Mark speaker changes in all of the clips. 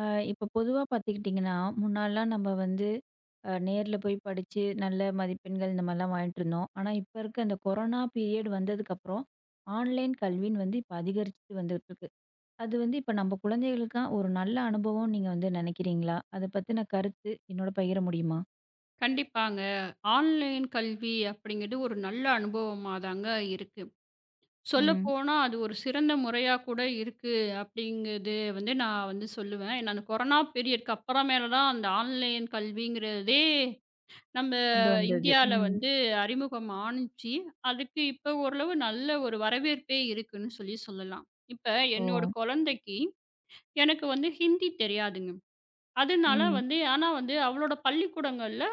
Speaker 1: அ இப்போ பொதுவா பார்த்துக்கிட்டிங்கன்னா, முன்னாடிலாம் நம்ம வந்து நேர்ல போய் படிச்சு நல்ல மதிப்பெண்கள் இந்த மாதிரிலாம் வாங்கிட்டு இருந்தோம். ஆனா, இப்ப இருக்க அந்த கொரோனா பீரியட் வந்ததுக்கப்புறம், ஆன்லைன் கல்வின்னு வந்து இப்ப அதிகரிச்சுட்டு வந்துட்டுருக்கு. அது வந்து இப்ப நம்ம குழந்தைகளுக்கா ஒரு நல்ல அனுபவம் நீங்க வந்து நினைக்கிறீங்களா? அத பத்தின கருத்து என்னோட பகிர முடியுமா?
Speaker 2: கண்டிப்பாங்க. ஆன்லைன் கல்வி அப்படிங்கிறது ஒரு நல்ல அனுபவமா தாங்க இருக்கு.
Speaker 1: ம்.
Speaker 2: சொல்லப்போனா அது ஒரு சிறந்த முறையா கூட இருக்கு அப்படிங்கிறது வந்து நான் வந்து சொல்லுவேன். ஏன்னா அந்த கொரோனா பீரியட்க்கு அப்புறமேல தான் அந்த ஆன்லைன் கல்விங்கிறதே நம்ம
Speaker 1: கொண்டு வந்தது.
Speaker 2: இந்தியால
Speaker 1: ம்.
Speaker 2: வந்து அறிமுகம் ஆணுச்சு. அதுக்கு இப்போ ஓரளவு நல்ல ஒரு வரவேற்பே இருக்குன்னு சொல்லி சொல்லலாம். இப்ப
Speaker 1: ஓ!
Speaker 2: என்னோட குழந்தைக்கு எனக்கு வந்து ஹிந்தி தெரியாதுங்க. அதனால
Speaker 1: ம்.
Speaker 2: வந்து ஆனா வந்து அவளோட பள்ளிக்கூடங்கள்ல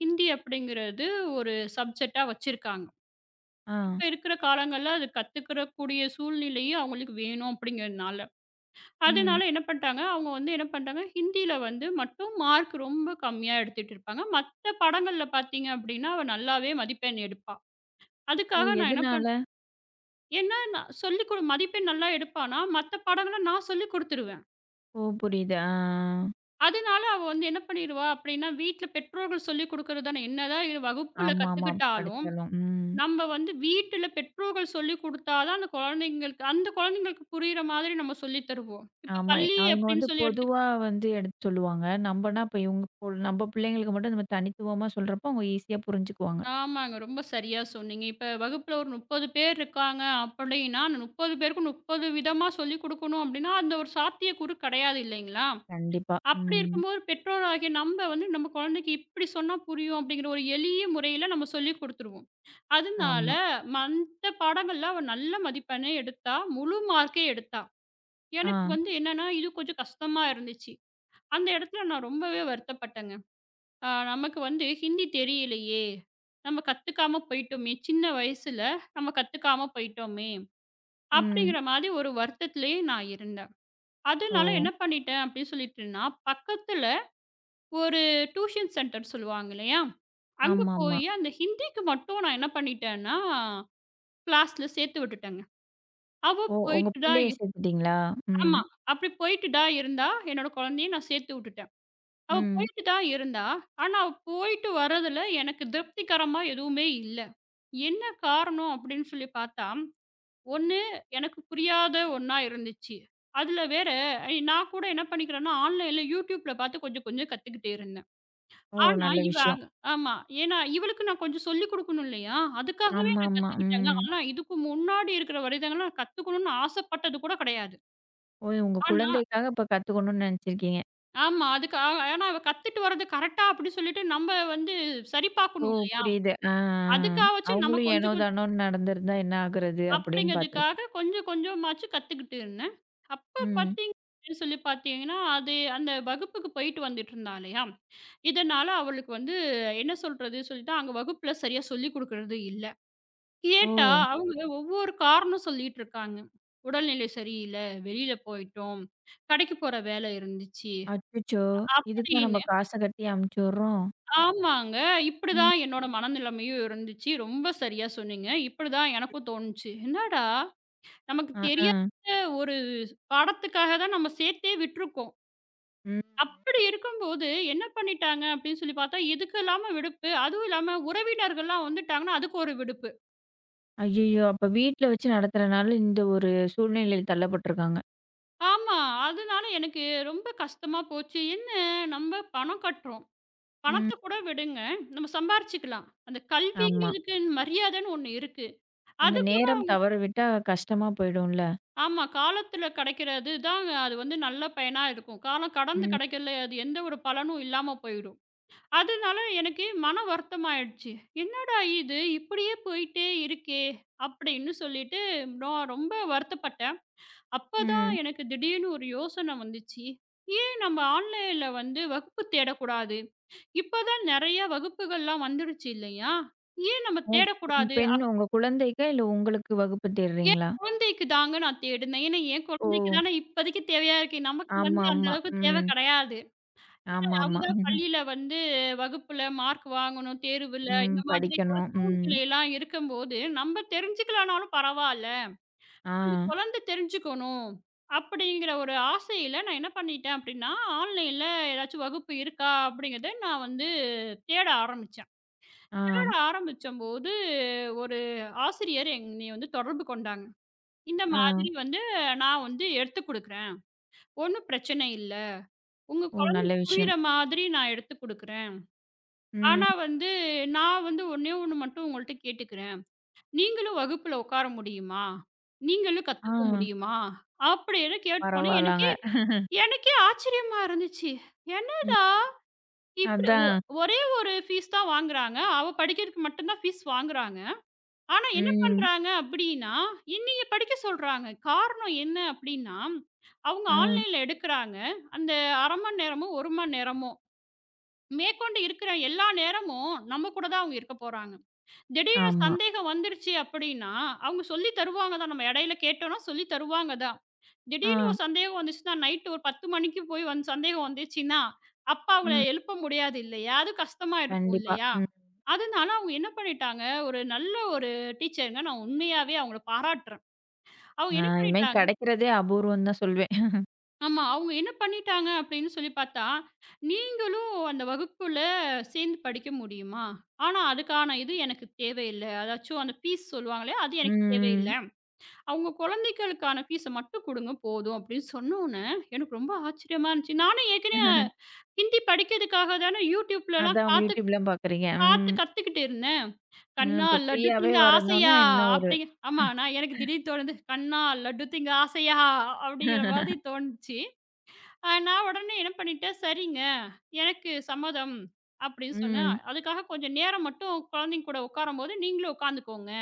Speaker 2: ஹிந்தி அப்படிங்கிறது ஒரு சப்ஜெக்டா வச்சிருக்காங்க.
Speaker 1: ஆ.
Speaker 2: இப்ப இருக்கிற காலங்கள்ல அது கத்துக்கிற கூடிய சூழ்நிலையும் அவங்களுக்கு வேணும் அப்படிங்கிறதுனால.
Speaker 1: ம்.
Speaker 2: அதனால என்ன பண்ட்டாங்க, அவங்க வந்து என்ன பண்ட்டாங்க, ஹிந்தியில வந்து மட்டும் மார்க் ரொம்ப கம்மியா எடுத்துட்டு இருப்பாங்க. மத்த பாடங்கள்ல பார்த்தீங்க அப்படின்னா, அவ நல்லாவே மதிப்பெண் எடுப்பா.
Speaker 1: ஓ!
Speaker 2: அதுக்காக நான் என்ன
Speaker 1: எதனால?
Speaker 2: ஏன்னா நான் சொல்லிக் கொடு மதிப்பெண் நல்லா எடுப்பான்னா, மத்த பாடங்கள நான் சொல்லிக் குடுத்துருவேன்.
Speaker 1: ஓ! புரியுது. ஆ.
Speaker 2: அதனால அவ வந்து என்ன பண்ணிருவா அப்படின்னா, வீட்ல பெற்றோர்கள் சொல்லிக் குடுக்கறது தானே. என்னதான் இது வகுப்புல
Speaker 1: ஆமாமா.
Speaker 2: கத்துக்கிட்டாலும்,
Speaker 1: படிச்சாலும். ம்.
Speaker 2: நம்ம வந்து வீட்டுல பெற்றோர்கள் சொல்லிக் குடுத்தா தான் அந்த குழந்தைங்களுக்கு அந்த குழந்தைங்களுக்கு புரியிற மாதிரி நம்ம சொல்லி தருவோம். இப்ப
Speaker 1: ஆமா.
Speaker 2: பள்ளி
Speaker 1: அவங்க
Speaker 2: அப்படின்னு
Speaker 1: வந்து
Speaker 2: சொல்லி
Speaker 1: பொதுவா
Speaker 2: எடுத்துக்கிட்டா
Speaker 1: வந்து எடுத்து சொல்லுவாங்க. நம்பன்னா இப்ப இவங்க பொ நம்ப பிள்ளைங்களுக்கு மட்டும் நம்ம தனித்துவமா சொல்றப்போ, அவங்க ஈஸியா புரிஞ்சுக்குவாங்க.
Speaker 2: ஆமாங்க. ரொம்ப சரியா சொன்னீங்க. இப்ப வகுப்புல ஒரு 30 பேர் இருக்காங்க அப்படின்னா, அந்த 30 பேருக்கும் 30 விதமா சொல்லிக் குடுக்கணும் அப்படின்னா, அந்த ஒரு சாத்தியக்கூறு கெடையாது இல்லைங்களா?
Speaker 1: கண்டிப்பா.
Speaker 2: அப்படி
Speaker 1: ம்.
Speaker 2: இருக்கும்போது பெற்றோராகிய நம்ம வந்து நம்ம குழந்தைக்கு இப்படி சொன்னா புரியும் அப்படிங்கிற ஒரு எளிய முறையில நம்ம சொல்லிக் குடுத்துருவோம். அதனால
Speaker 1: ஆமா.
Speaker 2: மத்த பாடங்கள்ல அவ நல்ல மதிப்பெண்ணே எடுத்தா. முழு மார்க்கே எடுத்தா. எனக்கு
Speaker 1: ஆ.
Speaker 2: வந்து என்னன்னா, இது கொஞ்சம் கஷ்டமா இருந்துச்சு. அந்த இடத்துல நான் ரொம்பவே வருத்தப்பட்டேங்க. நமக்கு வந்து ஹிந்தி தெரியலையே! நம்ம கத்துக்காம போயிட்டோமே! சின்ன வயசுல நம்ம கத்துக்காம போயிட்டோமே!
Speaker 1: ம்.
Speaker 2: அப்படிங்கிற மாரி ஒரு வருத்தத்திலேயே நான் இருந்தேன்.
Speaker 1: ஓ!
Speaker 2: அதனால என்ன பண்ணிட்டேன் அப்படின்னு சொல்லிட்டுன்னா, பக்கத்துல ஒரு டியூஷன் சென்டர் சொல்லுவாங்க இல்லையா? அங்க
Speaker 1: ஆமாமா.
Speaker 2: போயி அந்த ஹிந்திக்கு மட்டும் நான் என்ன பண்ணிட்டேன்னா, கிளாஸ்ல சேர்த்து விட்டுட்டேங்க. அவ
Speaker 1: ஓ! உங்க
Speaker 2: போயிட்டு தான்
Speaker 1: பிள்ளைய சேர்த்துட்டீங்களா? ம்.
Speaker 2: ஆமா. அப்படி போயிட்டு தான் இருந்தா, என்னோட குழந்தையும் நான் சேர்த்து விட்டுட்டேன். அவ
Speaker 1: ம்.
Speaker 2: போயிட்டு தான் இருந்தா, ஆனா அவ போயிட்டு வரதுல எனக்கு திருப்திகரமா எதுவுமே இல்ல. என்ன காரணம் அப்படின்னு சொல்லி பார்த்தா, ஒண்ணு எனக்கு புரியாத ஒண்ணா இருந்துச்சு. அதுல வேற நான் கூட என்ன பண்ணிக்கிறேன்னா, ஆன்லைன்ல YouTubeல பார்த்து கொஞ்சம் கொஞ்சம் கத்துக்கிட்டே இருந்தேன்.
Speaker 1: ஓ!
Speaker 2: ஆனா
Speaker 1: நல்ல
Speaker 2: இவ
Speaker 1: விஷயம்.
Speaker 2: அங்க ஆமா. ஏன்னா இவளுக்கு நான் கொஞ்சம் சொல்லிக் குடுக்கணும் இல்லையா? அதுக்காகவே நான்
Speaker 1: ஆமாமா.
Speaker 2: கத்துக்கிட்டேங்க.
Speaker 1: ம்.
Speaker 2: ஆனா இதுக்கு முன்னாடி இருக்கிற வரைதங்கலாம் கத்துக்கணும்னு ஆசைப்பட்டது கூட கிடையாது.
Speaker 1: ஓ! உங்க
Speaker 2: ஆனா
Speaker 1: குழந்தைக்காக இப்ப கத்துக்கணும்னு நெனச்சிருக்கீங்க.
Speaker 2: ஆமா. அதுக்கு ஏன்னா அவ கத்துட்டு வர்றது கரெக்ட்டா அப்படின்னு சொல்லிட்டு நம்ம வந்து சரி
Speaker 1: ஓ!
Speaker 2: பார்க்கணும் இல்லையா?
Speaker 1: புரியுது. ஆ, ஆ. ஆ.
Speaker 2: அதுக்காவாச்சும் நம்ம
Speaker 1: அவங்களும் ஏனோ
Speaker 2: கொஞ்சம் கொஞ்சம்
Speaker 1: தானோன்னு நடந்திருந்தா என்ன ஆகுறது? அப்படின்னு பார்த்துருக்கீங்க.
Speaker 2: அப்படிங்கிறதுக்காக கொஞ்சம் கொஞ்சமாச்சும் கத்துக்கிட்டு இருந்தேன். அப்ப
Speaker 1: ம்.
Speaker 2: பார்த்தீங்க அப்படின்னு சொல்லி பார்த்தீங்கன்னா, அது அந்த வகுப்புக்கு போயிட்டு வந்துட்டு இருந்தா இல்லையா? இதனால அவளுக்கு வந்து என்ன சொல்றது சொல்லிட்டு அங்க வகுப்புல சரியா சொல்லிக் குடுக்குறது இல்ல.
Speaker 1: ஓ!
Speaker 2: கேட்டா அவங்க ஒவ்வொரு காரணம் சொல்லிட்டு இருக்காங்க. "உடல்நிலை சரியில்ல, வெளியில போயிட்டோம், கடைக்கு போற வேலை இருந்துச்சு"
Speaker 1: அச்சச்சோ! இதுக்கும் நம்ம
Speaker 2: அப்படின்னு.
Speaker 1: காச கட்டி அமுச்சு விடுறோம்.
Speaker 2: ஆமாங்க.
Speaker 1: ம்.
Speaker 2: இப்படிதான் என்னோட மனநிலைமையும் இருந்துச்சு. ரொம்ப சரியா சொன்னீங்க. இப்படிதான் எனக்கும் தோணுச்சு. என்னடா! நமக்கு
Speaker 1: அ, ஆ.
Speaker 2: தெரியாத ஒரு படத்துக்காக தான் நம்ம சேர்த்தே விட்டுருக்கோம்.
Speaker 1: ம்.
Speaker 2: அப்படி இருக்கும்போது என்ன பண்ணிட்டாங்க அப்படின்னு சொல்லி பார்த்தா, இதுக்கு இல்லாம விடுப்பு, அதுவும் இல்லாம உறவினர்கள்லாம் வந்துட்டாங்கன்னா, அதுக்கு ஒரு விடுப்பு.
Speaker 1: ஐயய்யோ! அப்ப வீட்ல வச்சு நடத்துறனால இந்த ஒரு சூழ்நிலையில தள்ளப்பட்டுருக்காங்க.
Speaker 2: ஆமா. அதனால எனக்கு ரொம்ப கஷ்டமா போச்சு. என்ன நம்ம பணம் கட்டுறோம்.
Speaker 1: ம்.
Speaker 2: பணத்த கூட விடுங்க. நம்ம சம்பாரிச்சுக்கலாம். அந்த
Speaker 1: ஆமா.
Speaker 2: கல்விங்கிறதுக்கு மரியாதைன்னு ஒண்ணு இருக்கு.
Speaker 1: அந்த
Speaker 2: அத
Speaker 1: நேரம் தவற விட்டா கஷ்டமா போயிடும்ல.
Speaker 2: ஆமா. காலத்துல கிடைக்கிறது தான் அது வந்து நல்ல பயனா இருக்கும். காலம் கடந்து
Speaker 1: ம்.
Speaker 2: கிடைக்கல அது எந்த ஒரு பலனும் இல்லாம போயிடும். அதனால எனக்கு மன வருத்தம் ஆயிடுச்சு. என்னடா இது இப்படியே போயிட்டே இருக்கே! அப்படின்னு சொல்லிட்டு நான் ரொம்ப வருத்தப்பட்டேன். அப்பதான்
Speaker 1: ம்.
Speaker 2: எனக்கு திடீர்னு ஒரு யோசனை வந்துச்சு. ஏன் நம்ம ஆன்லைன்ல வந்து வகுப்பு தேடக்கூடாது? இப்ப தான் நெறைய வகுப்புகள்லாம் வந்துடுச்சு இல்லையா? ஏன் நம்ம
Speaker 1: உ உங்க
Speaker 2: தேடக்கூடாது?
Speaker 1: பெண் உங்க குழந்தைக்கா? இல்ல உங்களுக்கு வகுப்பு
Speaker 2: என்
Speaker 1: தேடுறீங்களா?
Speaker 2: குழந்தைக்கு தாங்க நான் தேடுனேன். ஏன்னா, என்
Speaker 1: ஓ!
Speaker 2: குழந்தைக்கு தானே இப்போதைக்கு தேவையா இருக்கு. நமக்கு வந்து அந்த
Speaker 1: ஆமாமா.
Speaker 2: அளவுக்கு தேவை
Speaker 1: ம்.
Speaker 2: கிடையாது. ஏன்னா, அவ
Speaker 1: ஆமாமா.
Speaker 2: தான் பள்ளியில வந்து வகுப்புல மார்க் வாங்கணும், தேர்வுல
Speaker 1: ம்.
Speaker 2: இந்த மாதிரி ஒரு
Speaker 1: படிக்கணும். ம்.
Speaker 2: சூழ்நிலைலாம் இருக்கும்போது, நம்ம தெரிஞ்சுக்கலனாலும் பரவால்ல.
Speaker 1: ஆ,
Speaker 2: அந்த குழந்தை தெரிஞ்சுக்கணும். அப்படிங்கிற ஒரு ஆசையில நான் என்ன பண்ணிட்டேன் அப்படின்னா, ஆன்லைன்ல ஏதாச்சும் வகுப்பு இருக்கா அப்படிங்கிறத நான் வந்து தேட ஆரம்பிச்சேன்.
Speaker 1: ஆ,
Speaker 2: தேட ஆரம்பிச்சம்போது ஒரு ஆசிரியர் என்னைய வந்து தொடர்பு கொண்டாங்க. இந்த
Speaker 1: ஆ.
Speaker 2: மாதிரி வந்து நான் வந்து எடுத்துக் குடுக்குறேன். ஒண்ணும் பிரச்சனை இல்ல. உங்க
Speaker 1: ஓ! நல்ல
Speaker 2: குழந்தைக்கு புரியிற
Speaker 1: விஷயம்.
Speaker 2: மாதிரி நான் எடுத்துக் குடுக்குறேன்.
Speaker 1: ம்.
Speaker 2: ஆனா வந்து நான் வந்து ஒண்ணே ஒண்ணு மட்டும் உங்கள்ட்ட கேட்டுக்கிறேன். நீங்களும் வகுப்புல உட்கார முடியுமா? நீங்களும்
Speaker 1: ஆ.
Speaker 2: கத்துக்க முடியுமா? அப்படின்னு கேட்டோனே
Speaker 1: பரவால்லங்க.
Speaker 2: எனக்கே எனக்கே ஆச்சரியமா இருந்துச்சு.
Speaker 1: ம்.
Speaker 2: என்னடா! இப்படி
Speaker 1: அதான்.
Speaker 2: ஒரே ஒரு ஃபீஸ் தான் வாங்குறாங்க. அவ படிக்கிறதுக்கு மட்டும் தான் ஃபீஸ் வாங்குறாங்க. ஆனா என்ன
Speaker 1: ம்.
Speaker 2: பண்றாங்க அப்படின்னா, என்னைய படிக்க சொல்றாங்க. காரணம் என்ன அப்படின்னா, அவங்க
Speaker 1: ஆ,
Speaker 2: ஆன்லைன்ல எடுக்குறாங்க. அந்த 1/2 மணி நேரமோ, 1 மணி நேரமோ மேற்கொண்டு இருக்கிற எல்லா நேரமும் நம்ம கூட தான் அவங்க இருக்க போறாங்க. திடீர்னு
Speaker 1: ஆமா.
Speaker 2: சந்தேகம் வந்துருச்சு அப்படின்னா, அவங்க சொல்லி தருவாங்க தான். நம்ம இடையில கேட்டோம்னா சொல்லி தருவாங்க தான். திடீர்னு
Speaker 1: ஆ,
Speaker 2: ஒரு சந்தேகம் வந்துச்சுன்னா, நைட் ஒரு 10 மணிக்கு போய் வந்து சந்தேகம் வந்துச்சுன்னா, அப்ப அவங்கள
Speaker 1: ம்.
Speaker 2: எழுப்ப முடியாது இல்லையா? அது கஷ்டமா இருக்கும்
Speaker 1: கண்டிப்பா.
Speaker 2: இல்லையா?
Speaker 1: ம்.
Speaker 2: அதனால அவங்க என்ன பண்ணிட்டாங்க, ஒரு நல்ல ஒரு டீச்சருங்க. நான் உண்மையாவே அவங்கள பாராட்டுறேன். அவங்க
Speaker 1: ஆ
Speaker 2: என்ன
Speaker 1: இது மாரி
Speaker 2: பண்ணிட்டாங்க
Speaker 1: கெடைக்கிறதே அபூர்வம் தான் சொல்வேன்.
Speaker 2: ஆமா. அவங்க என்ன பண்ணிட்டாங்க அப்படின்னு சொல்லி பார்த்தா, நீங்களும் அந்த வகுப்புல சேர்ந்து படிக்க முடியுமா? ஆனா அதுக்கான இது எனக்கு தேவையில்ல. அதாச்சும் அந்த ஃபீஸ் சொல்லுவாங்களே, அது எனக்கு தேவையில்ல.
Speaker 1: ம்.
Speaker 2: அவங்க குழந்தைகளுக்கான ஃபீஸ மட்டும் குடுங்க போதும் அப்படின்னு சொன்னோனே, எனக்கு ரொம்ப ஆச்சரியமா இருந்துச்சு. நானும் ஏற்கனவே ஹிந்தி படிக்கிறதுக்காக தானே யூடியூப்லலாம்
Speaker 1: அதான்
Speaker 2: பார்த்து
Speaker 1: யூடியூப்லாம் பாக்குறீங்க.
Speaker 2: பார்த்து
Speaker 1: ம்.
Speaker 2: கத்துக்கிட்டு இருந்தேன்.
Speaker 1: அ
Speaker 2: "கண்ணா
Speaker 1: இப்ப
Speaker 2: லட்டு
Speaker 1: ஃப்ரீயாவே
Speaker 2: திங்க
Speaker 1: வரணும்னா
Speaker 2: ஆசையா"
Speaker 1: என்ன ஒரு
Speaker 2: அப்படிங்க ஆமா. நான் எனக்கு திடீர் தோணுது, "கண்ணா லட்டு திங்க ஆசையா" அப்படிங்கிற மாதிரி தோணுச்சு. நான் உடனே என்ன பண்ணிட்டேன், "சரிங்க, எனக்கு சம்மதம்." அப்படின்னு சொன்னேன்.
Speaker 1: ம்.
Speaker 2: "அதுக்காக கொஞ்சம் நேரம் மட்டும் குழந்தைங்க கூட உட்காரும்போது நீங்களும் உட்காந்துக்கோங்க.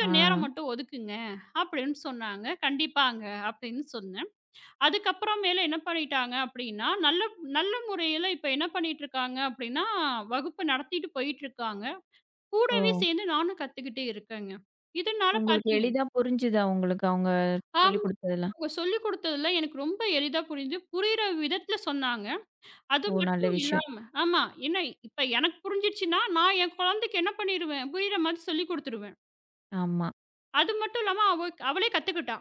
Speaker 1: ஆ.
Speaker 2: நேரம் மட்டும் ஒதுக்குங்க." அப்படின்னு சொன்னாங்க. "கண்டிப்பாங்க." அப்படின்னு சொன்னேன். அதுக்கப்புறமேலு என்ன பண்ணிட்டாங்க அப்படின்னா, நல்ல நல்ல முறையில இப்ப என்ன பண்ணிட்டுருக்காங்க அப்படின்னா, வகுப்பு நடத்திட்டு போயிட்டுருக்காங்க.
Speaker 1: ஓ!
Speaker 2: கூடவே சேர்ந்து நானும் கத்துக்கிட்டே இருக்கேங்க. இதனால
Speaker 1: உங்களுக்கு
Speaker 2: பார்த்தீங்க
Speaker 1: எளிதா புரிஞ்சுதா உங்களுக்கு அவங்க சொல்லிக்
Speaker 2: ஆமா.
Speaker 1: குடுத்ததெல்லாம்?
Speaker 2: அவங்க சொல்லிக் குடுத்ததுல எனக்கு ரொம்ப எளிதா புரிஞ்சு, புரியிற விதத்துல சொன்னாங்க. அது
Speaker 1: ஓ! நல்ல
Speaker 2: மட்டும்
Speaker 1: விஷயம்.
Speaker 2: இல்லாம ஆமா. என்ன இப்ப எனக்கு புரிஞ்சிருச்சுன்னா, நான் என் குழந்தைக்கு என்ன பண்ணிருவேன், புரியிற மாதிரி சொல்லிக் குடுத்துருவேன்.
Speaker 1: ஆமா.
Speaker 2: அது மட்டும் இல்லாம அவளே கத்துக்கிட்டா.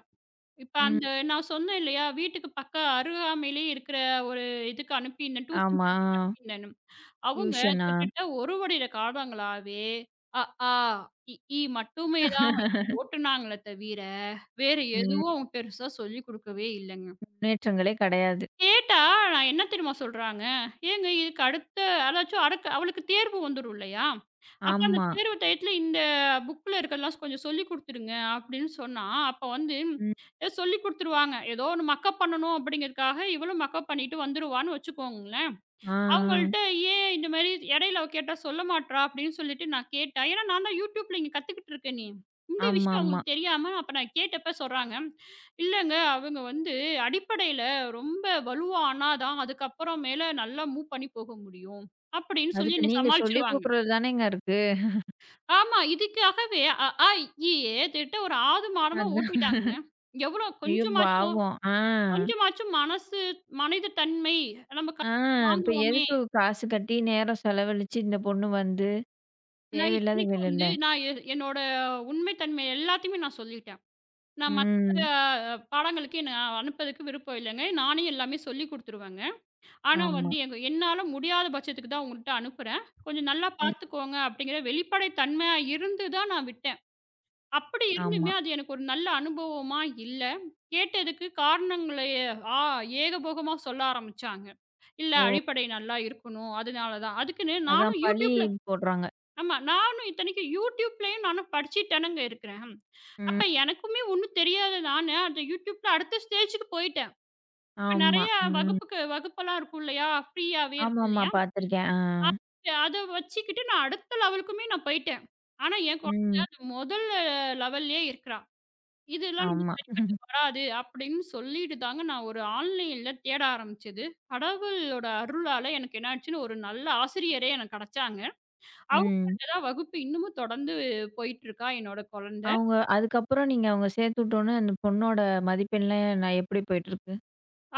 Speaker 2: இப்ப அந்த
Speaker 1: ம்.
Speaker 2: நான் சொன்னேன் இல்லையா, வீட்டுக்கு பக்க அருகாமையிலேயே இருக்கிற ஒரு இதுக்கு அனுப்பியிருந்தேன். டியூஷன்
Speaker 1: ஆமா.
Speaker 2: சென்டருக்கு
Speaker 1: ஆ.
Speaker 2: அனுப்பியிருந்தேன்னு. அவங்க
Speaker 1: டியூஷனா?
Speaker 2: கிட்டத்தட்ட ஒரு வருட காலங்களாவே அ, ஆ, இ, ஈ மட்டுமே தான் வச்சு ஓட்டுனாங்களே தவிர, வேற
Speaker 1: ம்.
Speaker 2: எதுவும் அவங்க பெருசா சொல்லிக் குடுக்கவே இல்லங்க.
Speaker 1: முன்னேற்றங்களே கெடையாது.
Speaker 2: கேட்டா, நான் என்ன தெரியுமா சொல்றாங்க? "ஏங்க இதுக்கு அடுத்த அதாச்சும் அடுக்கு அவளுக்கு தேர்வு வந்துரும் இல்லையா? அப்ப அந்த
Speaker 1: ஆமா.
Speaker 2: தேர்வு டயத்துல இந்த புக்ல இருக்கிறதெல்லாம் கொஞ்சம் சொல்லிக் குடுத்துருங்க" அப்படின்னு சொன்னா, அப்ப வந்து
Speaker 1: ம்.
Speaker 2: சொல்லிக் குடுத்துருவாங்க. ஏதோ ஒண்ணு மக்கப் பண்ணணும் அப்படிங்கிறதுக்காக, இவளும் மக்கப் பண்ணிட்டு வந்துருவான்னு வச்சுக்கோங்களேன்.
Speaker 1: ஆ, ஆ.
Speaker 2: அவங்கள்ட்ட ஏன் இந்த மாரி இடையில அவ கேட்டா சொல்ல மாட்றா? அப்படின்னு சொல்லிட்டு நான் கேட்டேன். ஏன்னா நான் தான் யூடியூப்ல இங்க கத்துக்கிட்டு இருக்கேனே! இந்த விஷயம்
Speaker 1: ஆமாமா.
Speaker 2: அவங்களுக்கு தெரியாம அப்ப நான் கேட்டப்ப சொல்றாங்க, "இல்லங்க அவங்க வந்து அடிப்படையில ரொம்ப வலுவா ஆனா தான் அதுக்கப்புறம் மேல நல்லா மூவ் பண்ணி போக முடியும்." அப்படின்னு சொல்லி
Speaker 1: அதுக்கு
Speaker 2: என்னை
Speaker 1: நீங்க சொல்லிக்
Speaker 2: சமாளிச்சுருவாங்க.
Speaker 1: குடுக்குறது தானேங்க இருக்கு.
Speaker 2: ஆமா, இதுக்காகவே அ, ஆ, இ, ஈ, ஏ திட்ட ஒரு ஆது மாடமா
Speaker 1: அதான்.
Speaker 2: ஓட்டிட்டாங்கங்க. எவ்வளோ
Speaker 1: ஐயோ!
Speaker 2: கொஞ்சமாச்சும்
Speaker 1: பாவம். ஆ,
Speaker 2: கொஞ்சமாச்சும் மனசு மனித தன்மை நம்ம
Speaker 1: ஆ இப்ப
Speaker 2: வாங்குறோமே!
Speaker 1: எதுக்கு காசு கட்டி, நேரம் செலவழிச்சு இந்த பொண்ணு வந்து,
Speaker 2: நான்
Speaker 1: தேவையில்லாத
Speaker 2: இத்தனைக்கும் வந்து
Speaker 1: வேலைல்ல.
Speaker 2: நான் என்னோட உண்மை தன்மை எல்லாத்தையுமே நான் சொல்லிட்டேன். நான் மத்த
Speaker 1: ம்.
Speaker 2: பாடங்களுக்கு என்ன அனுப்பதுக்கு விருப்பம் இல்லங்க. நானே எல்லாமே சொல்லிக் குடுத்துருவேங்க. ஆனா
Speaker 1: ஆமா.
Speaker 2: வந்து எங்க என்னால முடியாத பட்சத்துக்கு தான் உங்கள்ட்ட அனுப்புறேன். கொஞ்சம் நல்லா
Speaker 1: ம்.
Speaker 2: பார்த்துக்கோங்க அப்படிங்கிற வெளிப்படை தன்மையா இருந்து தான் நான் விட்டேன். அப்படி
Speaker 1: ஆமா.
Speaker 2: இருந்துமே அது எனக்கு ஒரு நல்ல அனுபவமா இல்ல. கேட்டதுக்கு காரணங்களை ஆ ஏகபோகமா சொல்ல ஆரம்பிச்சாங்க. இல்ல
Speaker 1: ஓ!
Speaker 2: அடிப்படை நல்லா இருக்கணும். அதனால தான். அதுக்குன்னு
Speaker 1: அதான்
Speaker 2: நானும்
Speaker 1: பழி
Speaker 2: YouTubeல
Speaker 1: போடுறாங்க.
Speaker 2: ஆமா. நானும் இத்தனைக்கும் யூடியூப்லயும் நானும் படிச்சுட்டு தானங்க இருக்கிறேன். அப்ப
Speaker 1: ம்.
Speaker 2: எனக்குமே ஒண்ணும் தெரியாது நானு. அந்த யூடியூப்ல அடுத்த ஸ்டேஜ்க்கு போயிட்டேன். இப்ப
Speaker 1: ஆமா.
Speaker 2: நெறைய
Speaker 1: ம்.
Speaker 2: வகுப்புக்கு வகுப்பெல்லாம் இருக்கும் இல்லையா? ஃப்ரீயாவே இருக்கும்
Speaker 1: ஆமாமா.
Speaker 2: இல்லையா?
Speaker 1: பார்த்துருக்கேன். ஆ.
Speaker 2: அது அத வச்சுக்கிட்டு நான் அடுத்த லெவலுக்குமே நான் போயிட்டேன். ஆனா என் குழந்தை
Speaker 1: ம்.
Speaker 2: அந்த முதல் லெவல்லயே இருக்கிறா. இதெல்லாம்
Speaker 1: ஆமா.
Speaker 2: நமக்கு சரிப்பட்டு வராது அப்படின்னு சொல்லிட்டு தாங்க நான் ஒரு ஆன்லைன்ல தேட ஆரம்பிச்சது. கடவுளோட அருளால எனக்கு என்ன ஆச்சுன்னா, ஒரு நல்ல ஆசிரியரே எனக்கு கிடைச்சாங்க.
Speaker 1: ம்.
Speaker 2: அவங்கள்ட்ட தான் வகுப்பு இன்னமும் தொடர்ந்து போயிட்டுருக்கா என்னோட குழந்தை.
Speaker 1: அவங்க அதுக்கப்புறம் நீங்க அவங்க சேர்த்து விட்டோனே, அந்த பொண்ணோட மதிப்பெண்லாம் நான் எப்படி போயிட்டுருக்கு?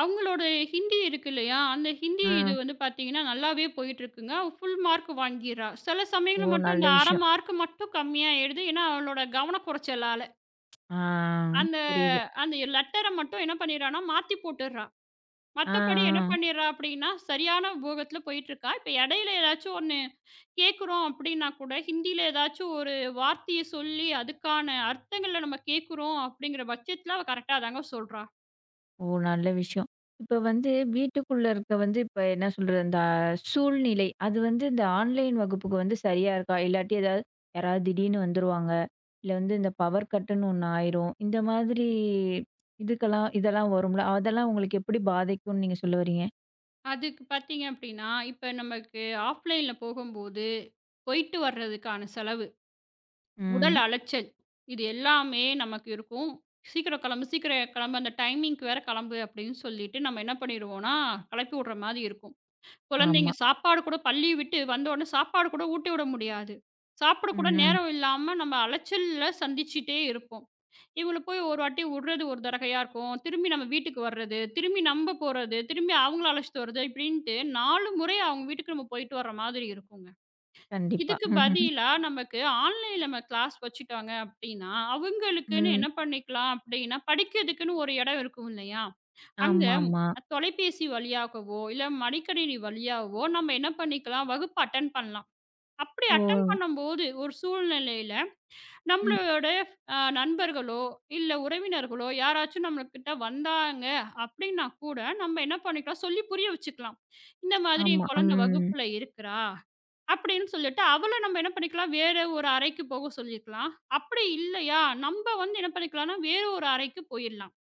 Speaker 2: அவங்களோட ஹிந்தி இருக்கு இல்லையா? அந்த ஹிந்தி
Speaker 1: ஆ.
Speaker 2: இது வந்து பார்த்தீங்கன்னா, நல்லாவே போயிட்டுருக்குங்க. அவ ஃபுல் மார்க் வாங்கிறா. சில
Speaker 1: ஓ!
Speaker 2: சமயங்கள்ல மட்டும்
Speaker 1: நல்ல
Speaker 2: இந்த 1/2
Speaker 1: விஷயம்.
Speaker 2: மார்க் மட்டும் கம்மியா ஆயிடுது. ஏன்னா, அவளோட கவனக்குறைச்சலால.
Speaker 1: ஆ.
Speaker 2: அந்த
Speaker 1: புரியுது.
Speaker 2: அந்த லெட்டர மட்டும் என்ன பண்ணிறான்னா, மாத்தி போட்டுர்றா.
Speaker 1: ஆ,
Speaker 2: மத்தபடி என்ன
Speaker 1: ஆ.
Speaker 2: பண்ணிர்றா அப்படின்னா, சரியான போகத்தில போயிட்டுருக்கா. இப்ப இடையில ஏதாச்சும் ஒண்ணு கேட்குறோம் அப்படின்னா கூட ஹிந்தியில ஏதாச்சும் ஒரு வார்த்தைய சொல்லி, அதுக்கான அர்த்தங்கள நம்ம கேட்குறோம் அப்படிங்கிற பட்சத்தில அவ கரெக்ட்டா தாங்க சொல்றா.
Speaker 1: ஓ! நல்ல விஷயம். இப்ப வந்து வீட்டுக்குள்ள இருக்க வந்து இப்ப என்ன சொல்றது, அந்த சூழ்நிலை அது வந்து இந்த ஆன்லைன் வகுப்புக்கு வந்து சரியா இருக்கா? இல்லாட்டி ஏதாவது யாராவது திடீர்னு வந்துருவாங்க. இல்ல வந்து இந்த பவர் கட்டுன்னு ஒண்ணு ஆயிரும். இந்த மாதிரி இதுக்கெல்லாம் இதெல்லாம் வரும்ல. அதெல்லாம் உங்களுக்கு எப்படி பாதிக்கும்னு நீங்க சொல்ல வரீங்க?
Speaker 2: அதுக்கு பார்த்தீங்க அப்படின்னா, இப்ப நமக்கு ஆஃப்லைன்ல போகும்போது, போயிட்டு வர்றதுக்கான செலவு, உடல்
Speaker 1: ம்.
Speaker 2: அலைச்சல் இது எல்லாமே நமக்கு இருக்கும். "சீக்கிரம் கிளம்பு, சீக்கிரம் கிளம்பு, அந்த டைமிங்க்கு வேற கிளம்பு" அப்படின்னு சொல்லிட்டு நம்ம என்ன பண்ணிருவோம்னா, கிளப்பி விடுற மாரி இருக்கும்.
Speaker 1: ஆமா.
Speaker 2: குழந்தைங்க சாப்பாடு கூட பள்ளிய விட்டு வந்த உடனே சாப்பாடு கூட ஊட்டி விட முடியாது. சாப்பிட கூட
Speaker 1: ம். ம்,
Speaker 2: நேரம் இல்லாம நம்ம அலைச்சல்ல சந்திச்சுட்டே இருப்போம். இவங்கள போய் ஒரு வாட்டி விடுறது ஒரு தடவையா இருக்கும். திரும்பி நம்ம வீட்டுக்கு வர்றது, திரும்பி நம்ம போறது, திரும்பி அவங்கள அழைச்சிட்டு வர்றது இப்படின்ட்டு 4 முறை அவங்க வீட்டுக்கு நம்ம போயிட்டு வர்ற மாதிரி இருக்குங்க.
Speaker 1: கண்டிப்பா.
Speaker 2: இதுக்கு பதிலா நமக்கு ஆன்லைன்ல நம்ம கிளாஸ் வச்சுட்டாங்க அப்படின்னா, அவங்களுக்குன்னு
Speaker 1: ம்.
Speaker 2: என்ன பண்ணிக்கலாம் அப்படின்னா, படிக்கிறதுக்குன்னு ஒரு இடம் இருக்கும் இல்லையா? அங்க
Speaker 1: ஆமாமா.
Speaker 2: தொலைபேசி வழியாகவோ, இல்ல மடிக்கணினி வழியாகவோ நம்ம என்ன பண்ணிக்கலாம், வகுப்பு அட்டெண்ட் பண்ணலாம். அப்படி
Speaker 1: ஓ!
Speaker 2: அட்டெண்ட் பண்ணும்போது ஒரு சூழ்நிலையில
Speaker 1: ம்.
Speaker 2: நம்மளோட நண்பர்களோ, இல்ல உறவினர்களோ யாராச்சும் நம்மகிட்ட வந்தாங்க அப்படின்னா கூட நம்ம என்ன பண்ணிக்கலாம், சொல்லி புரிய வச்சுக்கலாம். இந்த மாதிரி
Speaker 1: ஆமா.
Speaker 2: என் குழந்தை
Speaker 1: ம்.
Speaker 2: வகுப்புல இருக்கிறா அப்படின்னு சொல்லிட்டு அவள நம்ம என்ன பண்ணிக்கலாம், வேற ஒரு அறைக்கு போக சொல்லிக்கலாம். அப்படி இல்லையா, நம்ம வந்து என்ன பண்ணிக்கலாம்னா வேற ஒரு அறைக்கு போயிடலாம்.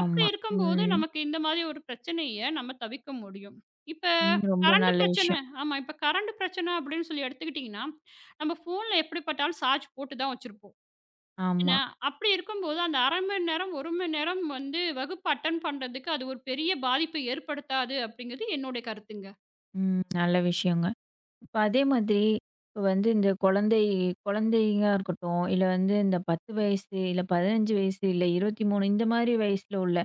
Speaker 2: அப்படி இருக்கும்போது,
Speaker 1: ம்.
Speaker 2: நமக்கு இந்த மாதிரி ஒரு பிரச்சனைய நம்ம தவிர்க்க முடியும். இப்ப
Speaker 1: ம். ரொம்ப
Speaker 2: கரண்ட்
Speaker 1: நல்ல
Speaker 2: பிரச்சனை
Speaker 1: விஷயம்.
Speaker 2: ஆமா. இப்ப கரண்ட் பிரச்சனை அப்படின்னு சொல்லி எடுத்துக்கிட்டீங்கன்னா, நம்ம ஃபோன்ல எப்படி பார்த்தாலும் சார்ஜ் போட்டு தான் வச்சிருப்போம்.
Speaker 1: ஆமா.
Speaker 2: ஏன்னா, அப்படி இருக்கும்போது அந்த 1/2 மணி நேரம், 1 மணி நேரம் வந்து வகுப்பு அட்டெண்ட் பண்றதுக்கு அது ஒரு பெரிய பாதிப்பை ஏற்படுத்தாது அப்படிங்கிறது என்னுடைய கருத்துங்க.
Speaker 1: ம். நல்ல விஷயங்க. இப்ப அதே மாதிரி இப்ப வந்து இந்த குழந்தைங்க இருக்கட்டும், இல்ல வந்து இந்த 10 வயசு, இல்ல 15 வயசு, இல்ல 23 இந்த மாதிரி வயசுல உள்ள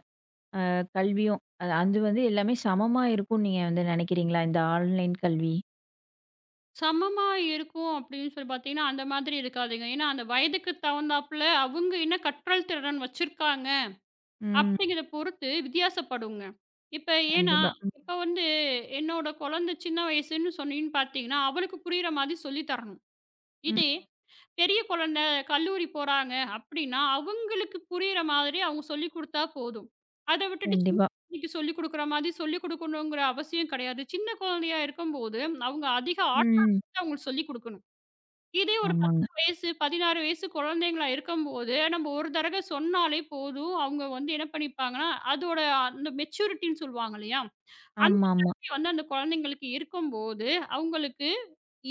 Speaker 1: கல்வியும், அது அது வந்து எல்லாமே சமமா இருக்கும்னு நீங்க வந்து நினைக்கிறீங்களா? இந்த ஆன்லைன் கல்வி?
Speaker 2: சமமா இருக்கும் அப்படின்னு சொல்லி பார்த்தீங்கன்னா, அந்த மாதிரி இருக்காதுங்க. ஏன்னா, அந்த வயதுக்கு தகுந்தாப்புல அவங்க என்ன கற்றல் திறன் வச்சிருக்காங்க
Speaker 1: ம்.
Speaker 2: அப்படிங்கிறத பொறுத்து வித்தியாசப்படுங்க. இப்ப ஏன்னா,
Speaker 1: கண்டிப்பா. ம்.
Speaker 2: இப்ப வந்து என்னோட குழந்தை சின்ன வயசுன்னு சொன்னீன்னு பார்த்தீங்கன்னா, அவளுக்கு புரியிற மாதிரி சொல்லி தரணும். இதே
Speaker 1: ம்.
Speaker 2: பெரிய குழந்தை கல்லூரி போறாங்க அப்படின்னா, அவங்களுக்கு புரியிற மாதிரி அவங்க சொல்லிக் குடுத்தா போதும். அத விட்டுட்டு சின்ன
Speaker 1: கண்டிப்பா.
Speaker 2: குழந்தைக்கு சொல்லிக் குடுக்குற மாதிரி சொல்லிக் குடுக்கணுங்கிற அவசியம் கிடையாது. சின்ன குழந்தையா இருக்கும்போது, அவங்க அதிக ஆற்றல்
Speaker 1: ம்.
Speaker 2: அவங்களுக்கு சொல்லிக் குடுக்கணும். இதே ஒரு 10
Speaker 1: ஆமாங்க.
Speaker 2: வயசு, 16 வயசு குழந்தைங்களா இருக்கும்போது, நம்ம ஒரு தடவை சொன்னாலே போதும், அவங்க வந்து என்ன பண்ணிப்பாங்கன்னா, அதோட அந்த மெச்சூரிட்டின்னு சொல்லுவாங்க இல்லையா? அந்த
Speaker 1: ஆமாமா.
Speaker 2: இது வந்து அந்த குழந்தைங்களுக்கு இருக்கும்போது, அவங்களுக்கு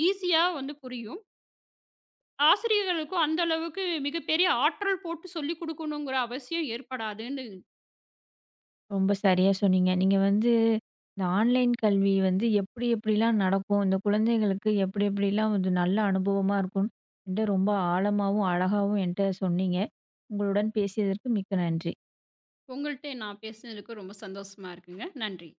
Speaker 2: ஈஸியா வந்து புரியும். ஆசிரியர்களுக்கும் அந்த அளவுக்கு மிகப்பெரிய ஆற்றல் போட்டு சொல்லிக் குடுக்கணுங்கிற அவசியம் ஏற்படாதுன்னு,
Speaker 1: ரொம்ப சரியா சொன்னீங்க. நீங்க வந்து இந்த ஆன்லைன் கல்வி வந்து எப்படி எப்படிலாம் நடக்கும், இந்த குழந்தைகளுக்கு எப்படி எப்படிலாம் வந்து நல்ல அனுபவமா இருக்கும்னு என்ட்ட ரொம்ப ஆழமாவும், அழகாவும் என்ட்ட சொன்னீங்க. உங்களுடன் பேசியதற்கு மிக்க நன்றி.
Speaker 2: உங்கள்ட்ட நான் பேசினதுக்கு ரொம்ப சந்தோஷமா இருக்குங்க. நன்றி.